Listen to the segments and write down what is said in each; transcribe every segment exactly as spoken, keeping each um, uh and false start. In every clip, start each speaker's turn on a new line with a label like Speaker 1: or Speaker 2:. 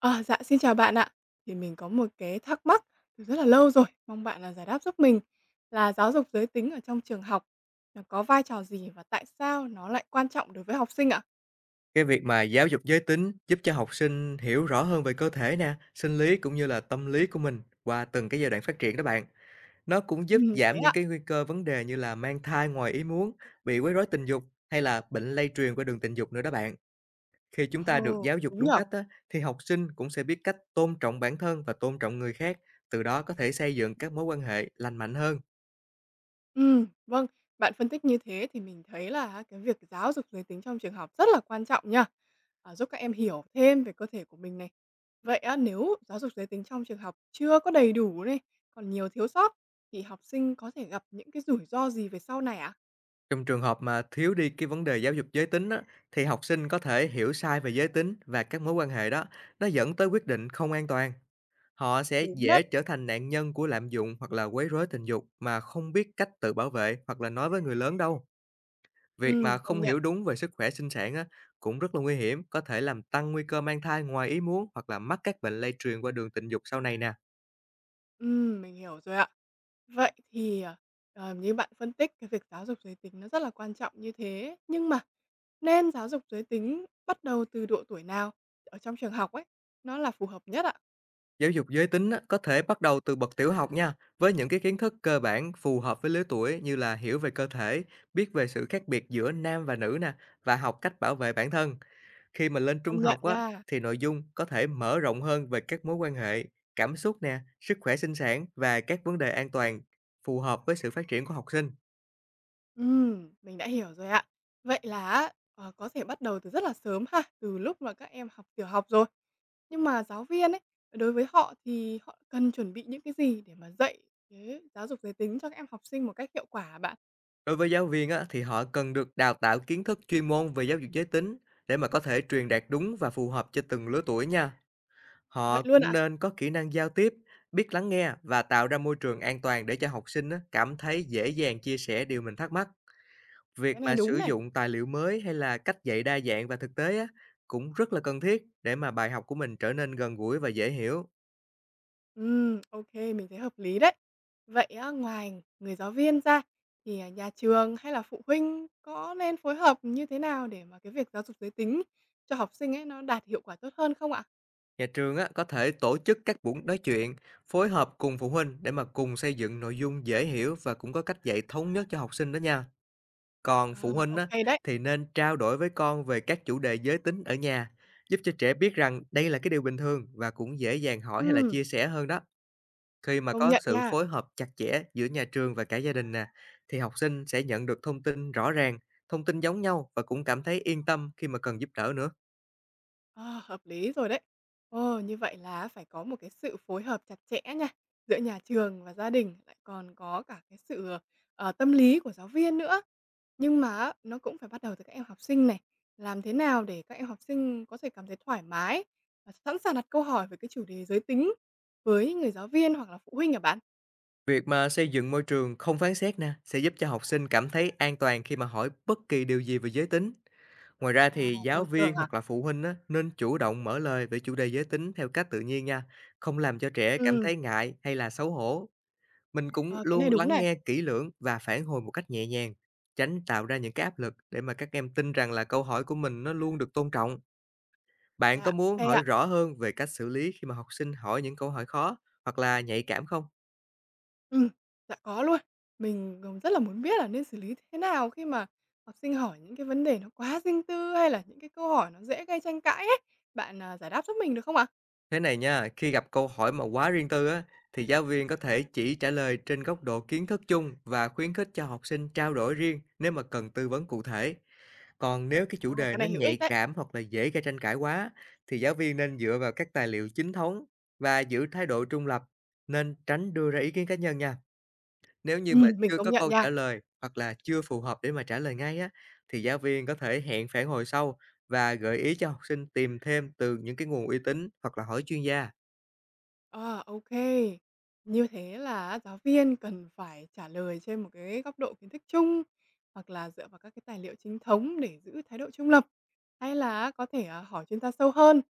Speaker 1: À, dạ, xin chào bạn ạ. Thì mình có một cái thắc mắc từ rất là lâu rồi, mong bạn là giải đáp giúp mình là giáo dục giới tính ở trong trường học nó có vai trò gì và tại sao nó lại quan trọng đối với học sinh ạ?
Speaker 2: Cái việc mà giáo dục giới tính giúp cho học sinh hiểu rõ hơn về cơ thể nè, sinh lý cũng như là tâm lý của mình qua từng cái giai đoạn phát triển đó bạn. Nó cũng giúp
Speaker 1: Ừm, thế
Speaker 2: giảm những
Speaker 1: ạ?
Speaker 2: cái nguy cơ vấn đề như là mang thai ngoài ý muốn, bị quấy rối tình dục hay là bệnh lây truyền qua đường tình dục nữa đó bạn. Khi chúng ta được
Speaker 1: Ồ,
Speaker 2: giáo dục
Speaker 1: đúng
Speaker 2: đúng
Speaker 1: nhở.
Speaker 2: cách á, thì học sinh cũng sẽ biết cách tôn trọng bản thân và tôn trọng người khác, từ đó có thể xây dựng các mối quan hệ lành mạnh hơn.
Speaker 1: Ừ, vâng, bạn phân tích như thế thì mình thấy là cái việc giáo dục giới tính trong trường học rất là quan trọng nha, à, giúp các em hiểu thêm về cơ thể của mình này. Vậy á, nếu giáo dục giới tính trong trường học chưa có đầy đủ này, còn nhiều thiếu sót thì học sinh có thể gặp những cái rủi ro gì về sau này ạ?
Speaker 2: Trong trường hợp mà thiếu đi cái vấn đề giáo dục giới tính á, thì học sinh có thể hiểu sai về giới tính và các mối quan hệ đó, nó dẫn tới quyết định không an toàn. Họ sẽ
Speaker 1: Đúng đấy.
Speaker 2: dễ trở thành nạn nhân của lạm dụng hoặc là quấy rối tình dục mà không biết cách tự bảo vệ hoặc là nói với người lớn đâu. Việc
Speaker 1: Ừm,
Speaker 2: mà
Speaker 1: công
Speaker 2: không
Speaker 1: nhận.
Speaker 2: hiểu đúng về sức khỏe sinh sản á, cũng rất là nguy hiểm, có thể làm tăng nguy cơ mang thai ngoài ý muốn hoặc là mắc các bệnh lây truyền qua đường tình dục sau này nè.
Speaker 1: Ừm, mình hiểu rồi ạ. Vậy thì, ờ, ờ, như bạn phân tích cái việc giáo dục giới tính nó rất là quan trọng như thế, nhưng mà nên giáo dục giới tính bắt đầu từ độ tuổi nào ở trong trường học ấy, nó là phù hợp nhất ạ?
Speaker 2: Giáo dục giới tính á, có thể bắt đầu từ bậc tiểu học nha, với những cái kiến thức cơ bản phù hợp với lứa tuổi như là hiểu về cơ thể, biết về sự khác biệt giữa nam và nữ nè và học cách bảo vệ bản thân. Khi mà lên trung
Speaker 1: Công nhận
Speaker 2: học á,
Speaker 1: nha.
Speaker 2: thì nội dung có thể mở rộng hơn về các mối quan hệ, cảm xúc nè, sức khỏe sinh sản và các vấn đề an toàn phù hợp với sự phát triển của học sinh.
Speaker 1: Ừm, mình đã hiểu rồi ạ. Vậy là á, ờ, có thể bắt đầu từ rất là sớm ha, từ lúc mà các em học tiểu học rồi. Nhưng mà giáo viên ấy, đối với họ thì họ cần chuẩn bị những cái gì để mà dạy cái giáo dục giới tính cho các em học sinh một cách hiệu quả hả bạn?
Speaker 2: Đối với giáo viên á, thì họ cần được đào tạo kiến thức chuyên môn về giáo dục giới tính để mà có thể truyền đạt đúng và phù hợp cho từng lứa tuổi nha.
Speaker 1: Vậy
Speaker 2: Họ
Speaker 1: luôn
Speaker 2: cũng
Speaker 1: ạ?
Speaker 2: nên có kỹ năng giao tiếp, biết lắng nghe và tạo ra môi trường an toàn để cho học sinh á, cảm thấy dễ dàng chia sẻ điều mình thắc mắc. Việc
Speaker 1: Cái này
Speaker 2: mà sử
Speaker 1: đúng này.
Speaker 2: dụng tài liệu mới hay là cách dạy đa dạng và thực tế á, cũng rất là cần thiết để mà bài học của mình trở nên gần gũi và dễ hiểu.
Speaker 1: Ừm, ok, mình thấy hợp lý đấy. Vậy á, ngoài người giáo viên ra thì, à, nhà trường hay là phụ huynh có nên phối hợp như thế nào để mà cái việc giáo dục giới tính cho học sinh ấy nó đạt hiệu quả tốt hơn không ạ?
Speaker 2: Nhà trường á, có thể tổ chức các buổi nói chuyện, phối hợp cùng phụ huynh để mà cùng xây dựng nội dung dễ hiểu và cũng có cách dạy thống nhất cho học sinh đó nha. Còn phụ
Speaker 1: À,
Speaker 2: huynh
Speaker 1: ô
Speaker 2: á,
Speaker 1: đấy.
Speaker 2: thì nên trao đổi với con về các chủ đề giới tính ở nhà, giúp cho trẻ biết rằng đây là cái điều bình thường và cũng dễ dàng hỏi hay là
Speaker 1: Ừm,
Speaker 2: chia sẻ hơn đó. Khi mà
Speaker 1: công
Speaker 2: có
Speaker 1: nhận
Speaker 2: sự
Speaker 1: nha.
Speaker 2: phối hợp chặt chẽ giữa nhà trường và cả gia đình nè, thì học sinh sẽ nhận được thông tin rõ ràng, thông tin giống nhau và cũng cảm thấy yên tâm khi mà cần giúp đỡ nữa.
Speaker 1: À, hợp lý rồi đấy. Ồ, như vậy là phải có một cái sự phối hợp chặt chẽ nha, giữa nhà trường và gia đình, lại còn có cả cái sự, ờ, tâm lý của giáo viên nữa. Nhưng mà nó cũng phải bắt đầu từ các em học sinh này, làm thế nào để các em học sinh có thể cảm thấy thoải mái và sẵn sàng đặt câu hỏi về cái chủ đề giới tính với người giáo viên hoặc là phụ huynh hả bạn?
Speaker 2: Việc mà xây dựng môi trường không phán xét nè, sẽ giúp cho học sinh cảm thấy an toàn khi mà hỏi bất kỳ điều gì về giới tính. Ngoài ra
Speaker 1: À,
Speaker 2: thì giáo
Speaker 1: môi trường
Speaker 2: viên
Speaker 1: hả?
Speaker 2: hoặc là phụ huynh á, nên chủ động mở lời về chủ đề giới tính theo cách tự nhiên nha, không làm cho trẻ cảm
Speaker 1: Ừm,
Speaker 2: thấy ngại hay là xấu hổ. Mình cũng
Speaker 1: ờ, cái
Speaker 2: luôn
Speaker 1: này đúng
Speaker 2: lắng
Speaker 1: này.
Speaker 2: nghe kỹ lưỡng và phản hồi một cách nhẹ nhàng, tránh tạo ra những cái áp lực để mà các em tin rằng là câu hỏi của mình nó luôn được tôn trọng. Bạn có
Speaker 1: Dạ,
Speaker 2: muốn
Speaker 1: ô
Speaker 2: hỏi
Speaker 1: ạ.
Speaker 2: rõ hơn về cách xử lý khi mà học sinh hỏi những câu hỏi khó hoặc là nhạy cảm không?
Speaker 1: Ừm, dạ có luôn. Mình, ờ, rất là muốn biết là nên xử lý thế nào khi mà học sinh hỏi những cái vấn đề nó quá riêng tư, hay là những cái câu hỏi nó dễ gây tranh cãi ấy. Bạn, à, giải đáp giúp mình được không ạ?
Speaker 2: Thế này nha, khi gặp câu hỏi mà quá riêng tư á, thì giáo viên có thể chỉ trả lời trên góc độ kiến thức chung và khuyến khích cho học sinh trao đổi riêng nếu mà cần tư vấn cụ thể. Còn nếu cái chủ
Speaker 1: Ờ,
Speaker 2: đề
Speaker 1: cái
Speaker 2: nó
Speaker 1: này hữu
Speaker 2: nhạy
Speaker 1: ích đấy.
Speaker 2: cảm hoặc là dễ gây tranh cãi quá, thì giáo viên nên dựa vào các tài liệu chính thống và giữ thái độ trung lập, nên tránh đưa ra ý kiến cá nhân nha. Nếu như mà
Speaker 1: Ừm, mình
Speaker 2: chưa
Speaker 1: công
Speaker 2: có
Speaker 1: nhận
Speaker 2: câu
Speaker 1: nha.
Speaker 2: trả lời hoặc là chưa phù hợp để mà trả lời ngay á, thì giáo viên có thể hẹn phản hồi sau và gợi ý cho học sinh tìm thêm từ những cái nguồn uy tín hoặc là hỏi chuyên gia.
Speaker 1: Ờ, ô. Như thế là á, giáo viên cần phải trả lời trên một cái góc độ kiến thức chung, hoặc là dựa vào các cái tài liệu chính thống để giữ thái độ trung lập, hay là có thể, à, hỏi chuyên gia sâu hơn.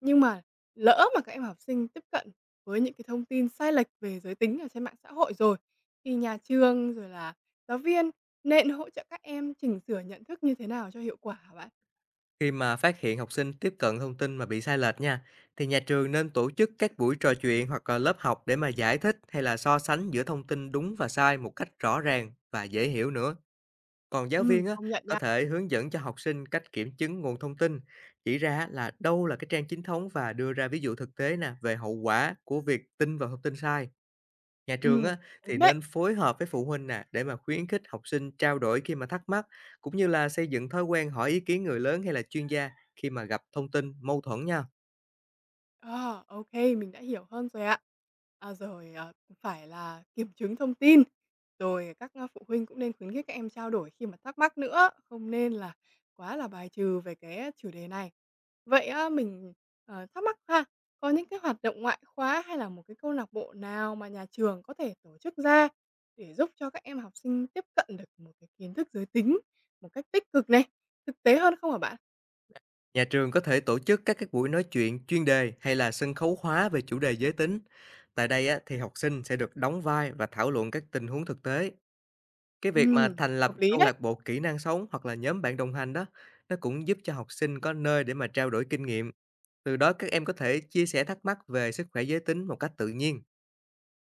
Speaker 1: Nhưng mà lỡ mà các em học sinh tiếp cận với những cái thông tin sai lệch về giới tính ở trên mạng xã hội rồi, thì nhà trường rồi là giáo viên nên hỗ trợ các em chỉnh sửa nhận thức như thế nào cho hiệu quả hả bạn?
Speaker 2: Khi mà phát hiện học sinh tiếp cận thông tin mà bị sai lệch nha, thì nhà trường nên tổ chức các buổi trò chuyện hoặc là lớp học để mà giải thích hay là so sánh giữa thông tin đúng và sai một cách rõ ràng và dễ hiểu nữa. Còn giáo
Speaker 1: Ừm,
Speaker 2: viên á,
Speaker 1: công nhận
Speaker 2: có
Speaker 1: nha.
Speaker 2: thể hướng dẫn cho học sinh cách kiểm chứng nguồn thông tin, chỉ ra là đâu là cái trang chính thống và đưa ra ví dụ thực tế nè về hậu quả của việc tin vào thông tin sai. Nhà trường
Speaker 1: Ừm,
Speaker 2: á, thì
Speaker 1: đúng đấy.
Speaker 2: nên phối hợp với phụ huynh nè, để mà khuyến khích học sinh trao đổi khi mà thắc mắc, cũng như là xây dựng thói quen hỏi ý kiến người lớn hay là chuyên gia khi mà gặp thông tin mâu thuẫn nha.
Speaker 1: Ờ, ok, mình đã hiểu hơn rồi ạ. À, rồi, ờ, phải là kiểm chứng thông tin, rồi các, a, phụ huynh cũng nên khuyến khích các em trao đổi khi mà thắc mắc nữa, không nên là quá là bài trừ về cái chủ đề này. Vậy á, mình, ờ, thắc mắc ha, có những cái hoạt động ngoại khóa hay là một cái câu lạc bộ nào mà nhà trường có thể tổ chức ra để giúp cho các em học sinh tiếp cận được một cái kiến thức giới tính một cách tích cực này, thực tế hơn không hả bạn?
Speaker 2: Nhà trường có thể tổ chức các cái buổi nói chuyện chuyên đề hay là sân khấu hóa về chủ đề giới tính. Tại đây á, thì học sinh sẽ được đóng vai và thảo luận các tình huống thực tế. Cái việc mà
Speaker 1: Ừm,
Speaker 2: thành lập
Speaker 1: hợp lý
Speaker 2: câu
Speaker 1: đấy.
Speaker 2: lạc bộ kỹ năng sống hoặc là nhóm bạn đồng hành đó, nó cũng giúp cho học sinh có nơi để mà trao đổi kinh nghiệm. Từ đó các em có thể chia sẻ thắc mắc về sức khỏe giới tính một cách tự nhiên.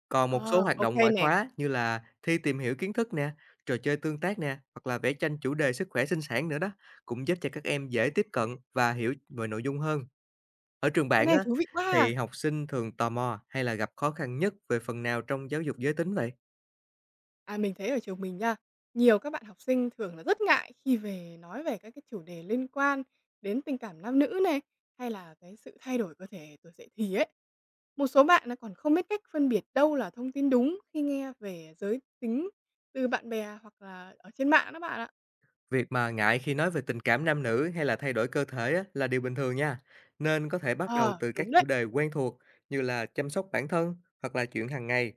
Speaker 2: Còn một số
Speaker 1: Ờ,
Speaker 2: hoạt
Speaker 1: ok
Speaker 2: động ngoại
Speaker 1: nè.
Speaker 2: khóa như là thi tìm hiểu kiến thức nè, trò chơi tương tác nè, hoặc là vẽ tranh chủ đề sức khỏe sinh sản nữa đó, cũng giúp cho các em dễ tiếp cận và hiểu về nội dung hơn. Ở trường
Speaker 1: Cái
Speaker 2: bạn
Speaker 1: này
Speaker 2: á,
Speaker 1: thú vị quá à!
Speaker 2: thì học sinh thường tò mò hay là gặp khó khăn nhất về phần nào trong giáo dục giới tính vậy?
Speaker 1: À, mình thấy ở trường mình nha, nhiều các bạn học sinh thường là rất ngại khi về nói về các cái chủ đề liên quan đến tình cảm nam nữ này, hay là cái sự thay đổi cơ thể tuổi dậy thì ấy. Một số bạn nó còn không biết cách phân biệt đâu là thông tin đúng khi nghe về giới tính từ bạn bè hoặc là ở trên mạng đó bạn ạ.
Speaker 2: Việc mà ngại khi nói về tình cảm nam nữ hay là thay đổi cơ thể á, là điều bình thường nha, nên có thể bắt đầu
Speaker 1: Ờ,
Speaker 2: từ các
Speaker 1: đúng đấy.
Speaker 2: chủ đề quen thuộc như là chăm sóc bản thân hoặc là chuyện hàng ngày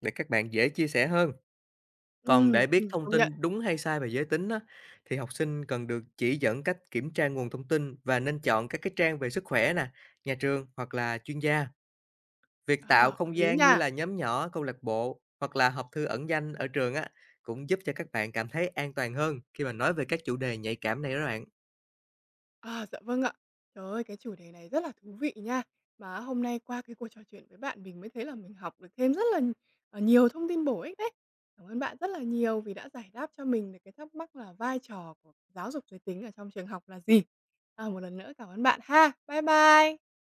Speaker 2: để các bạn dễ chia sẻ hơn. Còn
Speaker 1: Ừm,
Speaker 2: để biết
Speaker 1: ừm,
Speaker 2: thông
Speaker 1: công
Speaker 2: tin
Speaker 1: nhận.
Speaker 2: đúng hay sai về giới tính á, thì học sinh cần được chỉ dẫn cách kiểm tra nguồn thông tin và nên chọn các cái trang về sức khỏe nè, nhà trường hoặc là chuyên gia. Việc
Speaker 1: Ờ,
Speaker 2: tạo
Speaker 1: hợp
Speaker 2: không
Speaker 1: lý
Speaker 2: gian như
Speaker 1: nha.
Speaker 2: là nhóm nhỏ, câu lạc bộ hoặc là hộp thư ẩn danh ở trường á, cũng giúp cho các bạn cảm thấy an toàn hơn khi mà nói về các chủ đề nhạy cảm này đó bạn.
Speaker 1: À, dạ vâng ạ. Trời ơi, cái chủ đề này rất là thú vị nha. Mà hôm nay qua cái cuộc trò chuyện với bạn mình mới thấy là mình học được thêm rất là, n- ờ, nhiều thông tin bổ ích đấy. Cảm ơn bạn rất là nhiều vì đã giải đáp cho mình được cái thắc mắc là vai trò của giáo dục giới tính ở trong trường học là gì. À, một lần nữa cảm ơn bạn ha. Bye bye.